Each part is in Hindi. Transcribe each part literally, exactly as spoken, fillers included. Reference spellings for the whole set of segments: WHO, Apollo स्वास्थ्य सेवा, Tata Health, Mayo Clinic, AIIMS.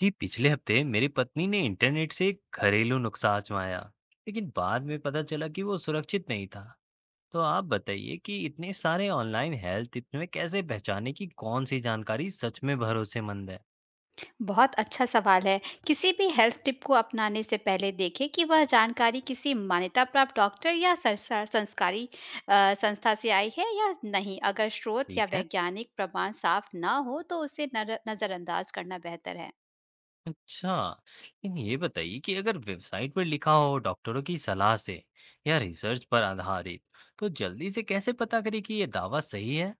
जी पिछले हफ्ते मेरी पत्नी ने इंटरनेट से एक घरेलू नुस्खा आजमाया, लेकिन बाद में पता चला कि वो सुरक्षित नहीं था। तो आप बताइए कि इतने सारे ऑनलाइन हेल्थ टिप्स में कैसे पहचाने कि कौन सी जानकारी सच में भरोसेमंद है। बहुत अच्छा सवाल है। किसी भी हेल्थ टिप को अपनाने से पहले देखें कि वह जानकारी किसी मान्यता प्राप्त डॉक्टर या सरसा संस्कारी अ, संस्था से आई है या नहीं। अगर स्रोत या ठीक है। वैज्ञानिक प्रमाण साफ ना हो तो उसे नर नज़रअंदाज करना बेहतर है। अच्छा, लेकिन ये बताइए कि अगर वेबसाइट पर लिखा हो डॉक्टरों की सलाह से या रिसर्च पर आधारित, तो जल्दी से कैसे पता करें कि ये दावा सही है।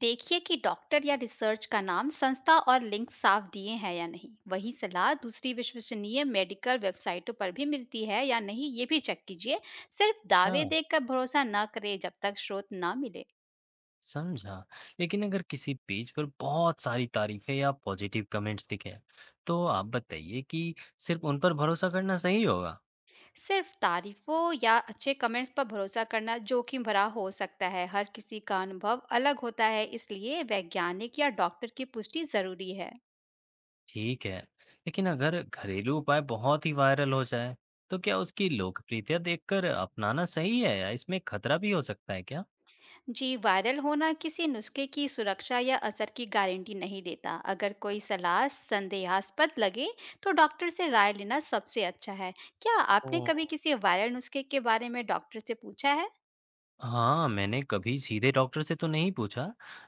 देखिए कि डॉक्टर या रिसर्च का नाम, संस्था और लिंक साफ दिए हैं या नहीं। वही सलाह दूसरी विश्वसनीय मेडिकल वेबसाइटों पर भी मिलती है या नहीं ये भी चेक कीजिए। सिर्फ अच्छा, दावे देखकर भरोसा ना करें जब तक स्रोत ना मिले। समझा। लेकिन अगर किसी पेज पर बहुत सारी तारीफ़ें या पॉज़िटिव कमेंट्स दिखें, तो आप बताइए कि सिर्फ़ उन पर भरोसा करना सही होगा? सिर्फ़ तारीफ़ों या अच्छे कमेंट्स पर भरोसा करना जोखिम भरा हो सकता है। हर किसी का अनुभव अलग होता है, इसलिए वैज्ञानिक या डॉक्टर की पुष्टि ज़रूरी है। ठीक है, लेकिन अगर घरेलू उपाय बहुत ही वायरल हो जाए, तो क्या उसकी लोकप्रियता देखकर अपनाना सही है या इसमें खतरा भी हो सकता है क्या? जी, वायरल होना किसी नुस्खे की सुरक्षा या असर की गारंटी नहीं देता। अगर कोई सलाह संदेहास्पद लगे, तो डॉक्टर से राय लेना सबसे अच्छा है। क्या आपने ओह! कभी किसी वायरल नुस्खे के बारे में डॉक्टर से पूछा है? हाँ, मैंने कभी सीधे डॉक्टर से तो नहीं पूछा।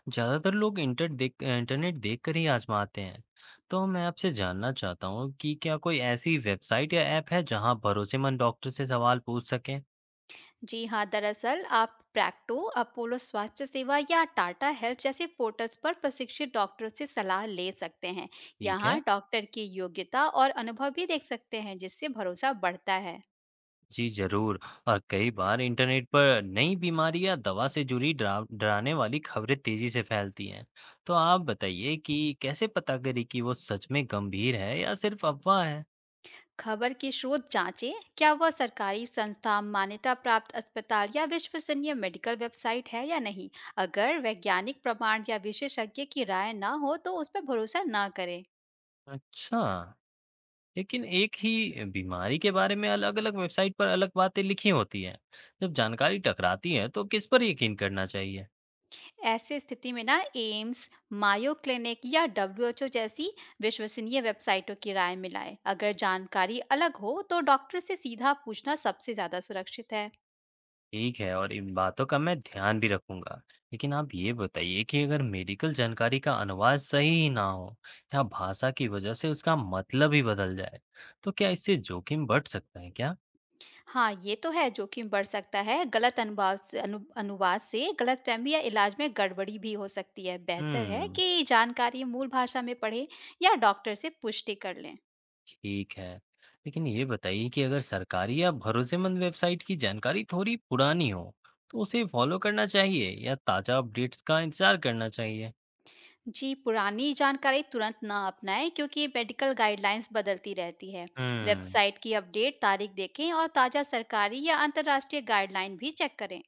ज़्यादातर लोग इंटर देख इंटरनेट देखकर ही आज़माते हैं। तो मैं आपसे जानना चाहता हूँ कि क्या कोई ऐसी वेबसाइट या ऐप है जहाँ भरोसेमंद डॉक्टर से सवाल पूछ सकें? जी हाँ, दरअसल आप प्रैक्टो, अपोलो स्वास्थ्य सेवा या टाटा हेल्थ जैसे पोर्टल्स पर प्रशिक्षित डॉक्टरों से सलाह ले सकते हैं। ठीक यहाँ है। डॉक्टर की योग्यता और अनुभव भी देख सकते हैं, जिससे भरोसा बढ़ता है। जी, ज़रूर। और कई बार इंटरनेट पर नई बीमारी या दवा से जुड़ी डरा डराने वाली खबरें तेज़ी से फैलती हैं। तो आप बताइए कि कैसे पता करें कि वो सच में गंभीर है या सिर्फ़ अफ़वाह है? खबर के स्रोत जांचें, क्या वह सरकारी संस्था, मान्यता प्राप्त अस्पताल या विश्वसनीय मेडिकल वेबसाइट है या नहीं। अगर वैज्ञानिक प्रमाण या विशेषज्ञ की राय न हो, तो उस पर भरोसा न करें। अच्छा। लेकिन एक ही बीमारी के बारे में अलग-अलग वेबसाइट पर अलग बातें लिखी होती हैं। जब जानकारी टकराती है तो किस पर यकीन करना चाहिए? ऐसे स्थिति में ना एम्स, मायो क्लिनिक या डब्ल्यूएचओ जैसी विश्वसनीय वेबसाइटों की राय मिलाएं। अगर जानकारी अलग हो तो डॉक्टर से सीधा पूछना सबसे ज़्यादा सुरक्षित है। ठीक है, और इन बातों का मैं ध्यान भी रखूंगा। लेकिन आप ये बताइए कि अगर मेडिकल जानकारी का अनुवाद सही ही ना हो या भाषा की वजह से उसका मतलब ही बदल जाए, तो क्या इससे जोखिम बढ़ सकता है क्या? हाँ, ये तो है जोखिम बढ़ सकता है। गलत अनुवाद से अनु, अनुवाद से गलतफहमी या इलाज में गड़बड़ी भी हो सकती है। बेहतर है हम्म। कि जानकारी मूल भाषा में पढ़ें या डॉक्टर से पुष्टि कर लें। ठीक है। लेकिन ये बताइए कि अगर सरकारी या भरोसेमंद वेबसाइट की जानकारी थोड़ी पुरानी हो, तो उसे फॉलो करना चाहिए या ताज़ा अपडेट्स का इंतज़ार करना चाहिए? जी, पुरानी जानकारी तुरंत ना अपनाएं क्योंकि मेडिकल गाइडलाइंस बदलती रहती है। हम्म। वेबसाइट की अपडेट तारीख देखें और ताज़ा सरकारी या अंतर्राष्ट्रीय गाइडलाइन भी चेक करें।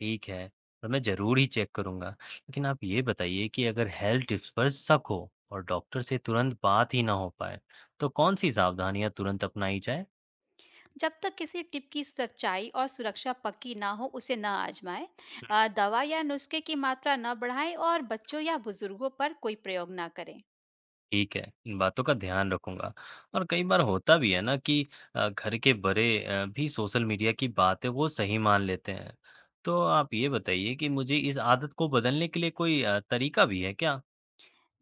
ठीक है, और मैं ज़रूर ही चेक करूँगा। लेकिन आप ये बताइए कि अगर हेल्थ टिप्स पर शक हो और डॉक्टर से तुरंत बात ही ना हो पाए, तो कौन सी सावधानियाँ तुरंत अपनाई जाए? जब तक किसी टिप की सच्चाई और सुरक्षा पक्की ना हो, उसे ना आजमाएं। अ, दवा या नुस्खे की मात्रा ना बढ़ाएं और बच्चों या बुजुर्गों पर कोई प्रयोग ना करें। ठीक है, इन बातों का ध्यान रखूँगा। और कई बार होता भी है ना कि अ, घर के बड़े अ, भी सोशल मीडिया की बातें वो सही मान लेते हैं। तो आप ये बताइए कि मुझे इस आदत को बदलने के लिए कोई अ, तरीका भी है क्या?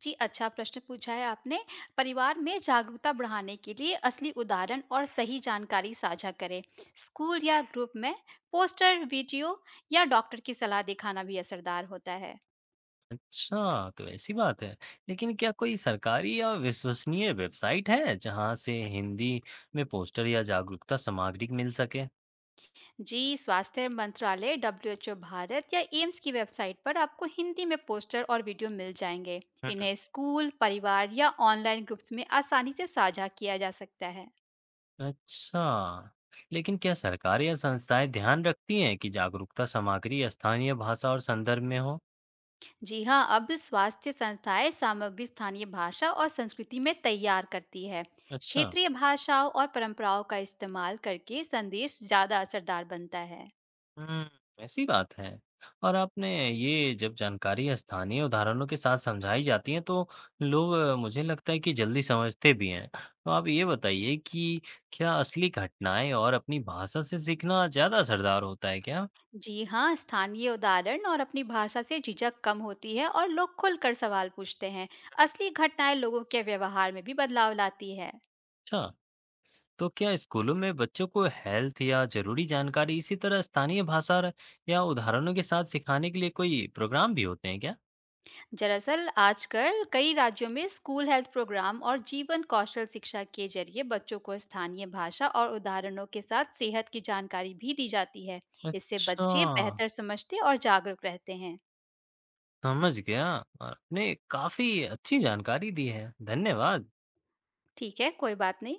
जी, अच्छा प्रश्न पूछा है आपने। परिवार में जागरूकता बढ़ाने के लिए असली उदाहरण और सही जानकारी साझा करें। स्कूल या ग्रुप में पोस्टर, वीडियो या डॉक्टर की सलाह दिखाना भी असरदार होता है। अच्छा, तो ऐसी बात है। लेकिन क्या कोई सरकारी या विश्वसनीय वेबसाइट है जहाँ से हिंदी में पोस्टर या जागरूकता सामग्री मिल सके? जी, स्वास्थ्य मंत्रालय, डब्ल्यूएचओ भारत या एम्स की वेबसाइट पर आपको हिंदी में पोस्टर और वीडियो मिल जाएँगे। हम्म। इन्हें स्कूल, परिवार या ऑनलाइन ग्रुप्स में आसानी से साझा किया जा सकता है। अच्छा, लेकिन क्या सरकार या संस्थाएं ध्यान रखती हैं कि जागरूकता सामग्री स्थानीय भाषा और संदर्भ में हो? जी हाँ, अब स्वास्थ्य संस्थाएं सामग्री स्थानीय भाषा और संस्कृति में तैयार करती है। अच्छा, क्षेत्रीय भाषाओं और परंपराओं का इस्तेमाल करके संदेश ज्यादा असरदार बनता है। हुँ, ऐसी बात है। और आपने ये जब जानकारी स्थानीय उदाहरणों के साथ समझाई जाती है तो लोग अ, मुझे लगता है कि जल्दी समझते भी हैं। तो आप ये बताइए कि क्या असली घटनाएँ और अपनी भाषा से सीखना ज़्यादा असरदार होता है क्या? जी हाँ, स्थानीय उदाहरण और अपनी भाषा से झिझक कम होती है और लोग खुलकर सवाल पूछते हैं। असली घटनाएं लोगों के व्यवहार में भी बदलाव लाती है। अच्छा, तो क्या स्कूलों में बच्चों को हेल्थ या ज़रूरी जानकारी इसी तरह स्थानीय भाषा र या उदाहरणों के साथ सिखाने के लिए कोई प्रोग्राम भी होते हैं क्या? दरअसल आजकल कई राज्यों में स्कूल हेल्थ प्रोग्राम और जीवन कौशल शिक्षा के जरिए बच्चों को स्थानीय भाषा और उदाहरणों के साथ सेहत की जानकारी भी दी जाती है। इससे अच्छा। बच्चे बेहतर समझते और जागरूक रहते हैं। समझ गया। आपने काफ़ी अच्छी जानकारी दी है। धन्यवाद। ठीक है, कोई बात नहीं।